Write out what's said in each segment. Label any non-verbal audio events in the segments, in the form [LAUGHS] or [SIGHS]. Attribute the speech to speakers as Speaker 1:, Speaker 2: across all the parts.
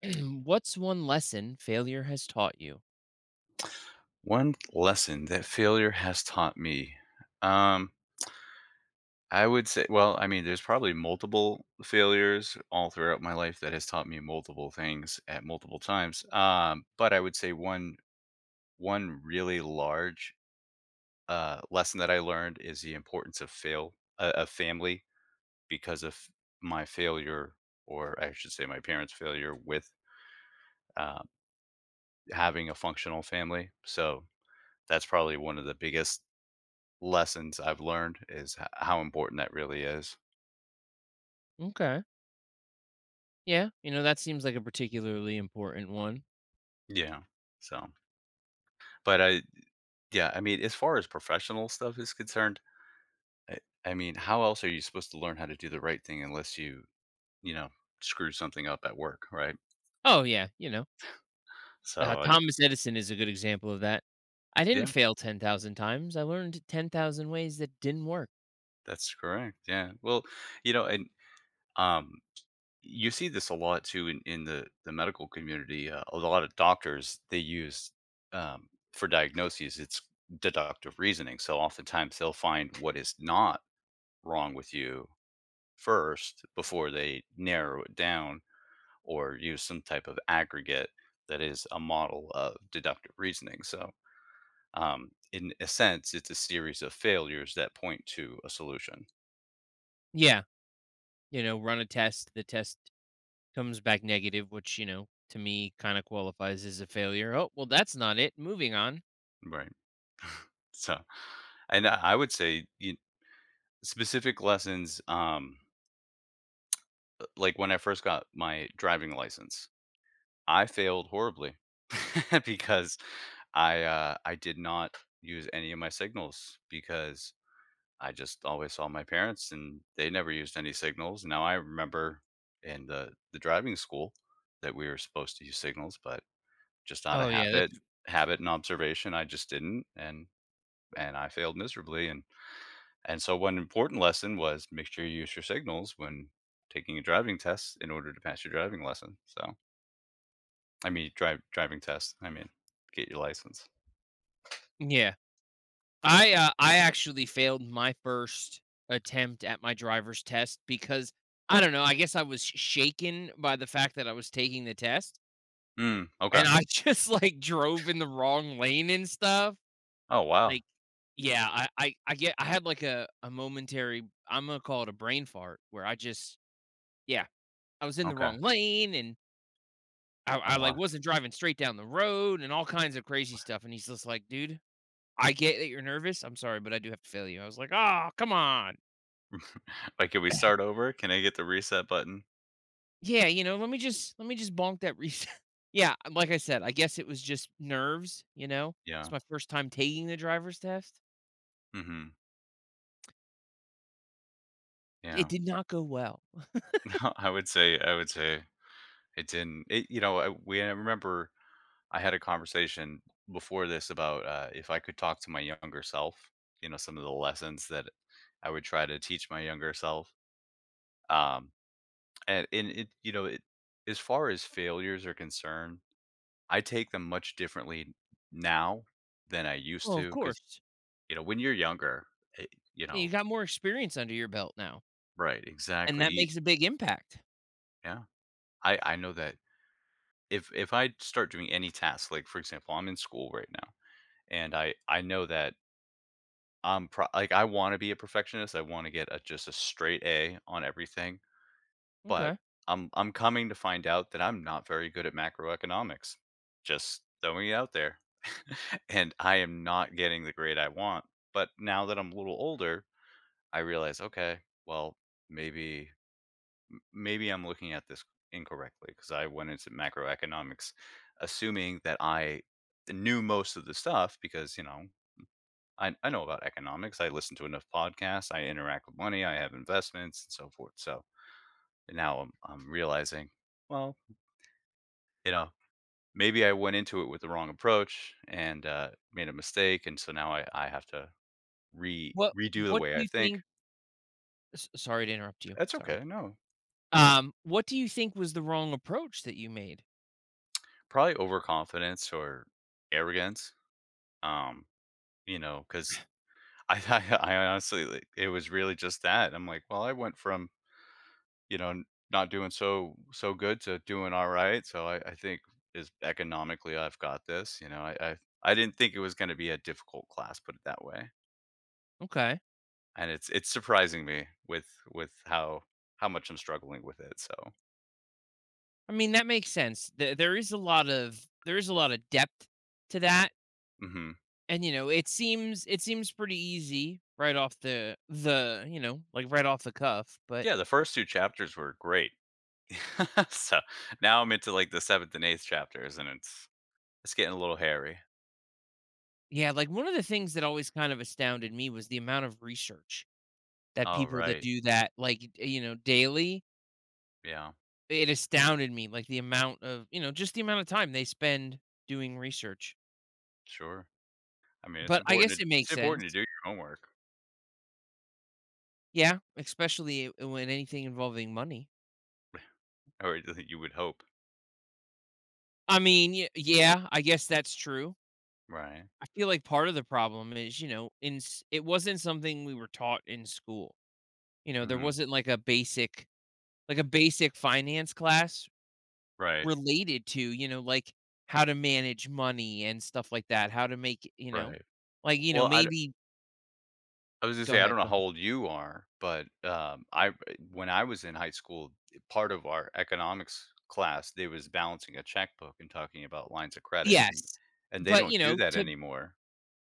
Speaker 1: [CLEARS THROAT] What's one lesson failure has taught you?
Speaker 2: One lesson that failure has taught me. Um, I would say, well, I mean, there's probably multiple failures all throughout my life that has taught me multiple things at multiple times. But I would say one really large lesson that I learned is the importance of fail of family because of my failure, or I should say, my parents' failure with uh, having a functional family. So that's probably one of the biggest lessons I've learned is h how important that really is.
Speaker 1: Okay. Yeah. You know, that seems like a particularly important one.
Speaker 2: Yeah. So, but I yeah, I mean, as far as professional stuff is concerned, I I mean, how else are you supposed to learn how to do the right thing unless you, screw something up at work, right?
Speaker 1: Oh, yeah. You know,
Speaker 2: So, I
Speaker 1: Thomas Edison is a good example of that. I didn't
Speaker 2: yeah,
Speaker 1: fail 10,000 times. I learned 10,000 ways that didn't work.
Speaker 2: that's correct, yeah. Well, and, um, you see this a lot too in in the medical community, a lot of doctors, they use, for diagnoses, it's deductive reasoning, so oftentimes they'll find what is not wrong with you first before they narrow it down or use some type of aggregate that is a model of deductive reasoning. So, in a sense, it's a series of failures that point to a solution.
Speaker 1: Yeah. You know, run a test. The test comes back negative, which, you know, to me kind of qualifies as a failure. Oh, well, that's not it. Moving on.
Speaker 2: Right. So, and I would say specific lessons, like when I first got my driving license, I failed horribly [LAUGHS] because I did not use any of my signals because I just always saw my parents and they never used any signals. Now I remember in the driving school that we were supposed to use signals, but just out of
Speaker 1: Oh, yeah.
Speaker 2: habit,
Speaker 1: That's,
Speaker 2: habit and observation, I just didn't. And I failed miserably. And so one important lesson was make sure you use your signals when taking a driving test in order to pass your driving lesson. So I mean, drive driving test. I mean, get your license.
Speaker 1: yeah. I actually failed my first attempt at my driver's test because I don't know, I guess I was sh shaken by the fact that I was taking the test,
Speaker 2: Mm,
Speaker 1: and
Speaker 2: okay.
Speaker 1: I [LAUGHS] just, like, drove in the wrong lane and stuff.
Speaker 2: Oh, wow.
Speaker 1: Like yeah, I had, like, a momentary I'm gonna call it a brain fart where I just yeah, I was in the
Speaker 2: Okay.
Speaker 1: wrong lane, and I
Speaker 2: Oh,
Speaker 1: I, like,
Speaker 2: wow.
Speaker 1: wasn't driving straight down the road and all kinds of crazy stuff, and he's just like, "Dude, I get that you're nervous. I'm sorry, but I do have to fail you." I was like, oh come on."
Speaker 2: [LAUGHS] Like, can we start over? Can I get the reset button?
Speaker 1: Yeah, you know, let me just bonk that reset. [LAUGHS] Yeah, like I said, I guess it was just nerves, you know? It's
Speaker 2: Yeah.
Speaker 1: my first time taking the driver's test.
Speaker 2: Mhm.
Speaker 1: It
Speaker 2: Yeah. [LAUGHS]
Speaker 1: did not go well.
Speaker 2: No, I would say it didn't it you know, I we I remember I had a conversation before this about if I could talk to my younger self, you know, some of the lessons that I would try to teach my younger self. Um, and it, you know, it, as far as failures are concerned, I take them much differently now than I used
Speaker 1: Well, of
Speaker 2: to. Because
Speaker 1: course.
Speaker 2: when you're younger, it, you
Speaker 1: Yeah, you
Speaker 2: know,
Speaker 1: got more experience under your belt now,
Speaker 2: right,
Speaker 1: and
Speaker 2: exactly,
Speaker 1: that makes a big impact.
Speaker 2: yeah. I know that if I start doing any task, like for example, I'm in school right now, and I know that I'm pro like, I wanna be a perfectionist, I wanna get a just a straight A on everything, but
Speaker 1: Okay.
Speaker 2: I'm coming to find out that I'm not very good at macroeconomics. Just throwing it out there. [LAUGHS] And I am not getting the grade I want, but now that I'm a little older, I realize, "Okay, well, maybe maybe I'm looking at this incorrectly because I went into macroeconomics assuming that I knew most of the stuff because, I know about economics. I listen to enough podcasts. I interact with money. I have investments and so forth. So now I'm realizing, well, you know, maybe I went into it with the wrong approach and made a mistake, and so now I have to re
Speaker 1: What
Speaker 2: redo the
Speaker 1: what
Speaker 2: way
Speaker 1: do
Speaker 2: I
Speaker 1: you
Speaker 2: think."
Speaker 1: think sorry to interrupt you.
Speaker 2: That's
Speaker 1: Sorry.
Speaker 2: okay. No,
Speaker 1: What do you think was the wrong approach that you made?
Speaker 2: probably overconfidence or arrogance. Um, because [LAUGHS] I honestly like, it was really just that. I'm like, well, I went from you know, n- not doing so good to doing all right. So I think is economically I've got this. You know, I didn't think it was going to be a difficult class, put it that way.
Speaker 1: Okay.
Speaker 2: And it's surprising me with how much I'm struggling with it. So
Speaker 1: I mean, that makes sense. There is a lot of there is a lot of depth to that,
Speaker 2: hmm
Speaker 1: and you know it seems, it seems pretty easy right off the you know, like right off the cuff, but
Speaker 2: yeah, the first two chapters were great. [LAUGHS] So now I'm into like the seventh and eighth chapters, and it's getting a little hairy.
Speaker 1: yeah, like one of the things that always kind of astounded me was the amount of research that
Speaker 2: Oh
Speaker 1: people that
Speaker 2: right,
Speaker 1: do that, like you know, daily,
Speaker 2: yeah,
Speaker 1: it astounded me, like the amount of, you know, just the amount of time they spend doing research,
Speaker 2: sure. I mean, it's
Speaker 1: but I
Speaker 2: important
Speaker 1: guess
Speaker 2: to
Speaker 1: it
Speaker 2: it's
Speaker 1: makes sense.
Speaker 2: important to do your homework,
Speaker 1: Yeah, especially when anything involving money.
Speaker 2: [LAUGHS] or you would hope,
Speaker 1: I mean, yeah, I guess that's true.
Speaker 2: right?
Speaker 1: I feel like part of the problem is, you know, it wasn't something we were taught in school. You know, there
Speaker 2: Mm-hmm.
Speaker 1: wasn't like a basic, like a basic finance class
Speaker 2: Right,
Speaker 1: related to, you know, like how to manage money and stuff like that, how to make, you know,
Speaker 2: right.
Speaker 1: like, you know,
Speaker 2: Well,
Speaker 1: maybe
Speaker 2: I was gonna
Speaker 1: go
Speaker 2: say, I
Speaker 1: ahead,
Speaker 2: don't know
Speaker 1: go
Speaker 2: how
Speaker 1: ahead.
Speaker 2: old you are, but, I when I was in high school, part of our economics class, they was balancing a checkbook and talking about lines of credit, and
Speaker 1: Yes.
Speaker 2: and they
Speaker 1: But,
Speaker 2: don't
Speaker 1: you
Speaker 2: do
Speaker 1: know,
Speaker 2: that
Speaker 1: to
Speaker 2: anymore.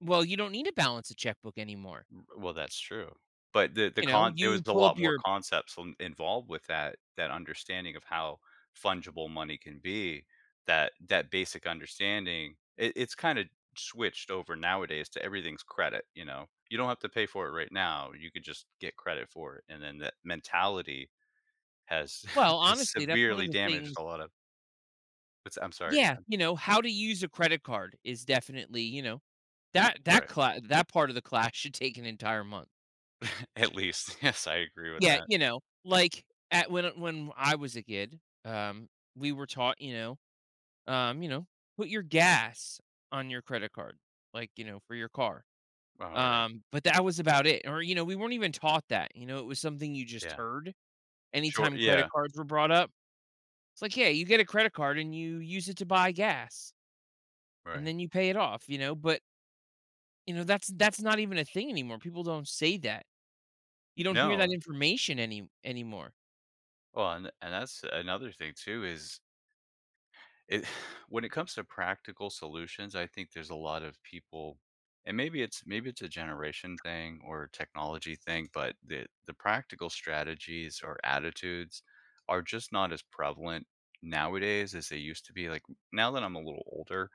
Speaker 1: well, you don't need to balance a checkbook anymore.
Speaker 2: Well, that's true. But the the
Speaker 1: You know,
Speaker 2: con there was
Speaker 1: you
Speaker 2: a
Speaker 1: pull up
Speaker 2: lot more
Speaker 1: your
Speaker 2: concepts in involved with that understanding of how fungible money can be, that basic understanding, it's kinda switched over nowadays to everything's credit, you know? You don't have to pay for it right now, you could just get credit for it, and then that mentality has
Speaker 1: well,
Speaker 2: [LAUGHS] has
Speaker 1: honestly, that's one of
Speaker 2: severely
Speaker 1: the
Speaker 2: damaged
Speaker 1: things.
Speaker 2: a lot of. It's I'm sorry, go
Speaker 1: Yeah,
Speaker 2: ahead.
Speaker 1: you know, how to use a credit card is definitely, you know, that that
Speaker 2: Right.
Speaker 1: class, that part of the class [LAUGHS] should take an entire month.
Speaker 2: [LAUGHS] At least, yes, I agree with
Speaker 1: Yeah,
Speaker 2: that.
Speaker 1: you know, like at when I was a kid, um, we were taught, you know, put your gas on your credit card, like, you know, for your car.
Speaker 2: Alright,
Speaker 1: But that was about it. Or, you know, we weren't even taught that. You know, it was something you just
Speaker 2: yeah.
Speaker 1: heard
Speaker 2: Sure,
Speaker 1: anytime credit
Speaker 2: yeah,
Speaker 1: cards were brought up. It's like, yeah, you get a credit card and you use it to buy gas and
Speaker 2: right.
Speaker 1: then you pay it off, you know, but you know, that's not even a thing anymore. People don't say that. You don't hear that
Speaker 2: No.
Speaker 1: information anymore.
Speaker 2: Well, and that's another thing too is it [SIGHS] when it comes to practical solutions, I think there's a lot of people and maybe it's a generation thing or a technology thing, but the practical strategies or attitudes are just not as prevalent nowadays as they used to be. Like now that I'm a little older,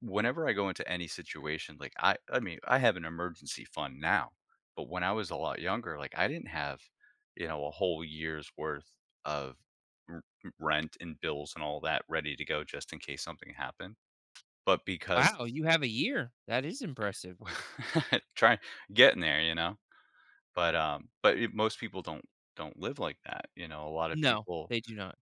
Speaker 2: whenever I go into any situation, like I mean, I have an emergency fund now, but when I was a lot younger, like I didn't have, a whole year's worth of r- rent and bills and all that ready to go just in case something happened. But because
Speaker 1: Wow, you have a year. That is impressive.
Speaker 2: [LAUGHS] trying getting there. But most people don't live like that. A lot of
Speaker 1: No,
Speaker 2: people.
Speaker 1: they do not.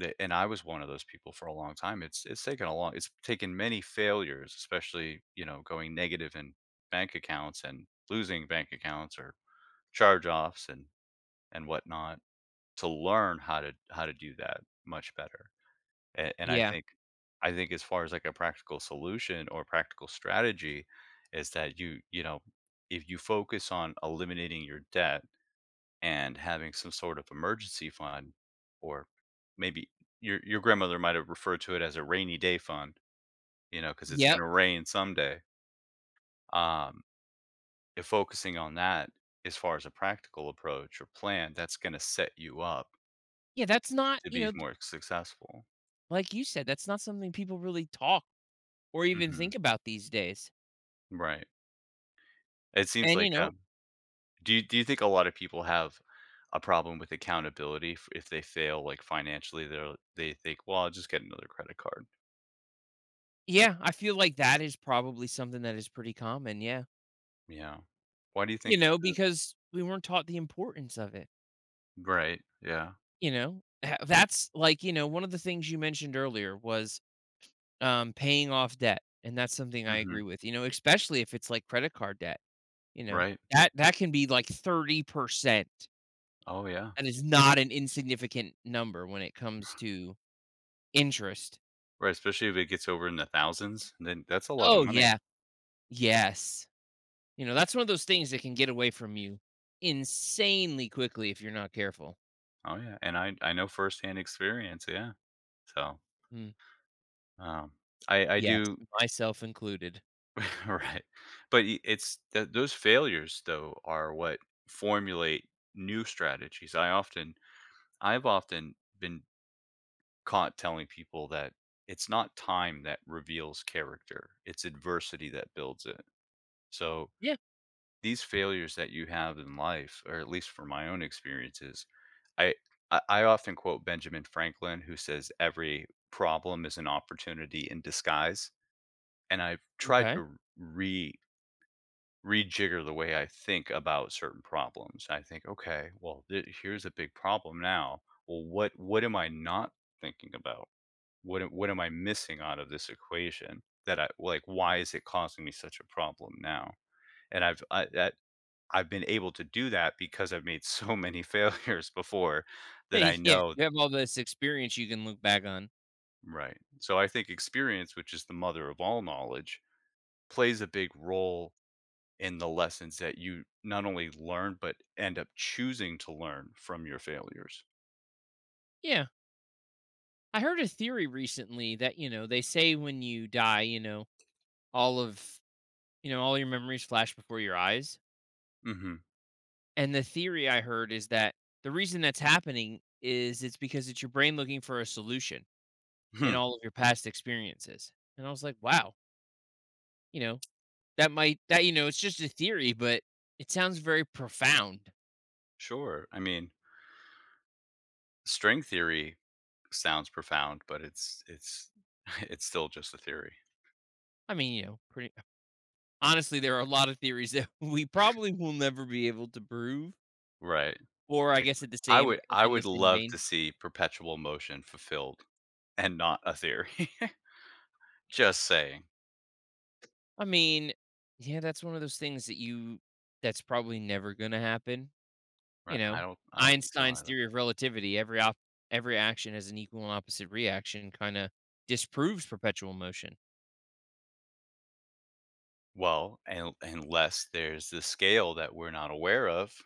Speaker 2: Th and I was one of those people for a long time. It's taken many failures, especially, going negative in bank accounts and losing bank accounts or charge-offs and whatnot to learn how to do that much better. And I
Speaker 1: Yeah.
Speaker 2: think I think as far as like a practical solution or practical strategy is that if you focus on eliminating your debt and having some sort of emergency fund or maybe your grandmother might have referred to it as a rainy day fund, you know, because it's going
Speaker 1: Yep.
Speaker 2: to rain someday. Um, if focusing on that as far as a practical approach or plan, that's going to set you up
Speaker 1: Yeah, that's not,
Speaker 2: to
Speaker 1: you
Speaker 2: be
Speaker 1: know,
Speaker 2: more successful.
Speaker 1: like you said, that's not something people really talk or even
Speaker 2: Hmm.
Speaker 1: think about these days.
Speaker 2: Right. It seems
Speaker 1: And, you
Speaker 2: like.
Speaker 1: know,
Speaker 2: Do you think a lot of people have a problem with accountability if they fail like financially? They think, well, I'll just get another credit card.
Speaker 1: yeah, I feel like that is probably something that is pretty common. Yeah.
Speaker 2: Yeah. Why do you
Speaker 1: You
Speaker 2: think
Speaker 1: know,
Speaker 2: that is?
Speaker 1: because we weren't taught the importance of it.
Speaker 2: Right, yeah.
Speaker 1: You know, that's like, you know, one of the things you mentioned earlier was, paying off debt, and that's something I
Speaker 2: Mhm,
Speaker 1: agree with, you know, especially if it's like credit card debt, you know?
Speaker 2: right.
Speaker 1: That that can be like 30%.
Speaker 2: Oh, yeah.
Speaker 1: That is not an insignificant number when it comes to interest.
Speaker 2: Right, especially if it gets over in the thousands, then that's a lot of
Speaker 1: Oh,
Speaker 2: money.
Speaker 1: yeah. Yes. You know, that's one of those things that can get away from you insanely quickly if you're not careful.
Speaker 2: Oh, yeah, and I know firsthand experience, yeah. So,
Speaker 1: Mm.
Speaker 2: um, I I
Speaker 1: Yes,
Speaker 2: do
Speaker 1: myself included.
Speaker 2: [LAUGHS] right. But I it's that those failures, though, are what formulate new strategies. I've often been caught telling people that it's not time that reveals character, it's adversity that builds it. So
Speaker 1: Yeah,
Speaker 2: these failures that you have in life, or at least from my own experiences, I I often quote Benjamin Franklin, who says every problem is an opportunity in disguise. And I've tried
Speaker 1: okay. [LAUGHS]
Speaker 2: to re rejigger the way I think about certain problems. I think, okay, well, here's a big problem now. Well, what am I not thinking about? What am I missing out of this equation? That I Like, why is it causing me such a problem now? And I've I, that I've been able to do that because I've made so many [LAUGHS] failures before
Speaker 1: Yeah,
Speaker 2: that I know
Speaker 1: you have all this experience you can look back on.
Speaker 2: right. So I think experience, which is the mother of all knowledge, plays a big role in the lessons that you not only learn but end up choosing to learn from your failures.
Speaker 1: Yeah. I heard a theory recently that, you know, they say when you die, you know, all of, you know, all your memories flash before your eyes.
Speaker 2: Mhm.
Speaker 1: And the theory I heard is that the reason that's happening is it's because it's your brain looking for a solution in
Speaker 2: Hmm.
Speaker 1: all of your past experiences. And I was like, wow, you know, that might, that, you know, it's just a theory, but it sounds very profound.
Speaker 2: Sure. I mean, string theory sounds profound, but it's [LAUGHS] it's still just a theory.
Speaker 1: I mean, you know, pretty honestly, there are a lot of theories that [LAUGHS] we probably will never be able to prove,
Speaker 2: Right.
Speaker 1: or I
Speaker 2: Like
Speaker 1: guess at the
Speaker 2: I
Speaker 1: same
Speaker 2: would
Speaker 1: or
Speaker 2: I
Speaker 1: in the
Speaker 2: would
Speaker 1: same
Speaker 2: love
Speaker 1: vein.
Speaker 2: to see perpetual motion fulfilled and not a theory. Just saying.
Speaker 1: I mean, yeah, that's one of those things that you, that's probably never gonna happen, you
Speaker 2: Right, I
Speaker 1: know?
Speaker 2: don't I don't think so
Speaker 1: Einstein's
Speaker 2: either.
Speaker 1: theory of relativity, every action has an equal and opposite reaction, kinda disproves perpetual motion.
Speaker 2: Well, un unless there's the scale that we're not aware of.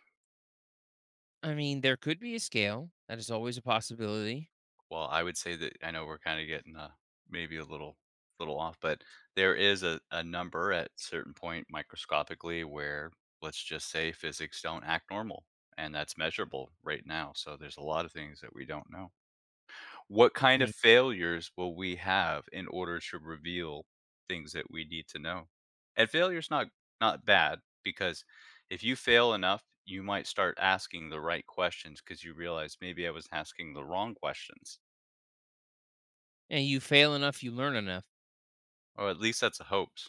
Speaker 1: I mean, there could be a scale, that is always a possibility.
Speaker 2: Well, I would say that I know we're kinda getting, maybe a little off, but there is a number at certain point microscopically where, let's just say, physics don't act normal, and that's measurable right now, so there's a lot of things that we don't know. What
Speaker 1: I
Speaker 2: kind of
Speaker 1: mean,
Speaker 2: failures will we have in order to reveal things that we need to know? And failure's not bad because if you fail enough, you might start asking the right questions because you realize maybe I was asking the wrong questions,
Speaker 1: and you fail enough, you learn enough.
Speaker 2: or at least that's the hopes.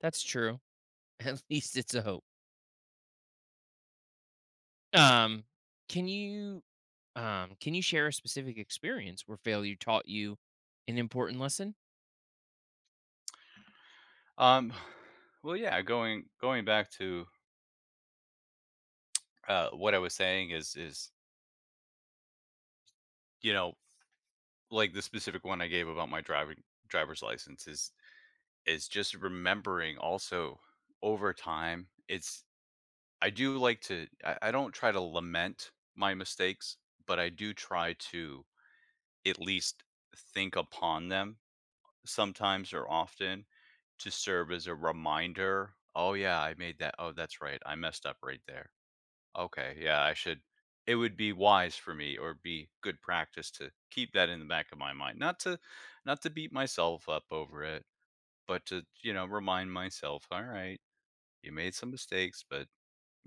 Speaker 1: That's true. [LAUGHS] At least it's a hope. Um, can you, can you share a specific experience where failure taught you an important lesson?
Speaker 2: Um, [SIGHS] well, yeah, going back to what I was saying is you know like the specific one I gave about my driving driver's license is just remembering also over time it's I do like to I don't try to lament my mistakes, but I do try to at least think upon them sometimes or often to serve as a reminder. Oh yeah, I made that. Oh, that's right. I messed up right there. Okay, yeah, I should it would be wise for me or be good practice to keep that in the back of my mind. Not to beat myself up over it, but to, remind myself, all right, you made some mistakes, but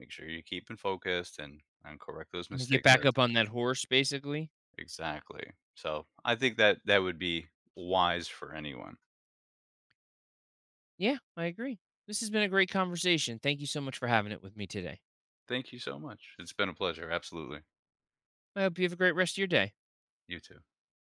Speaker 2: make sure you're keeping focused and correct those
Speaker 1: And get
Speaker 2: mistakes that
Speaker 1: back up on that horse, basically?
Speaker 2: Exactly. So, I think that that would be wise for anyone.
Speaker 1: Yeah, I agree. This has been a great conversation. Thank you so much for having it with me today.
Speaker 2: Thank you so much. It's been a pleasure. Absolutely.
Speaker 1: I hope you have a great rest of your day.
Speaker 2: You too.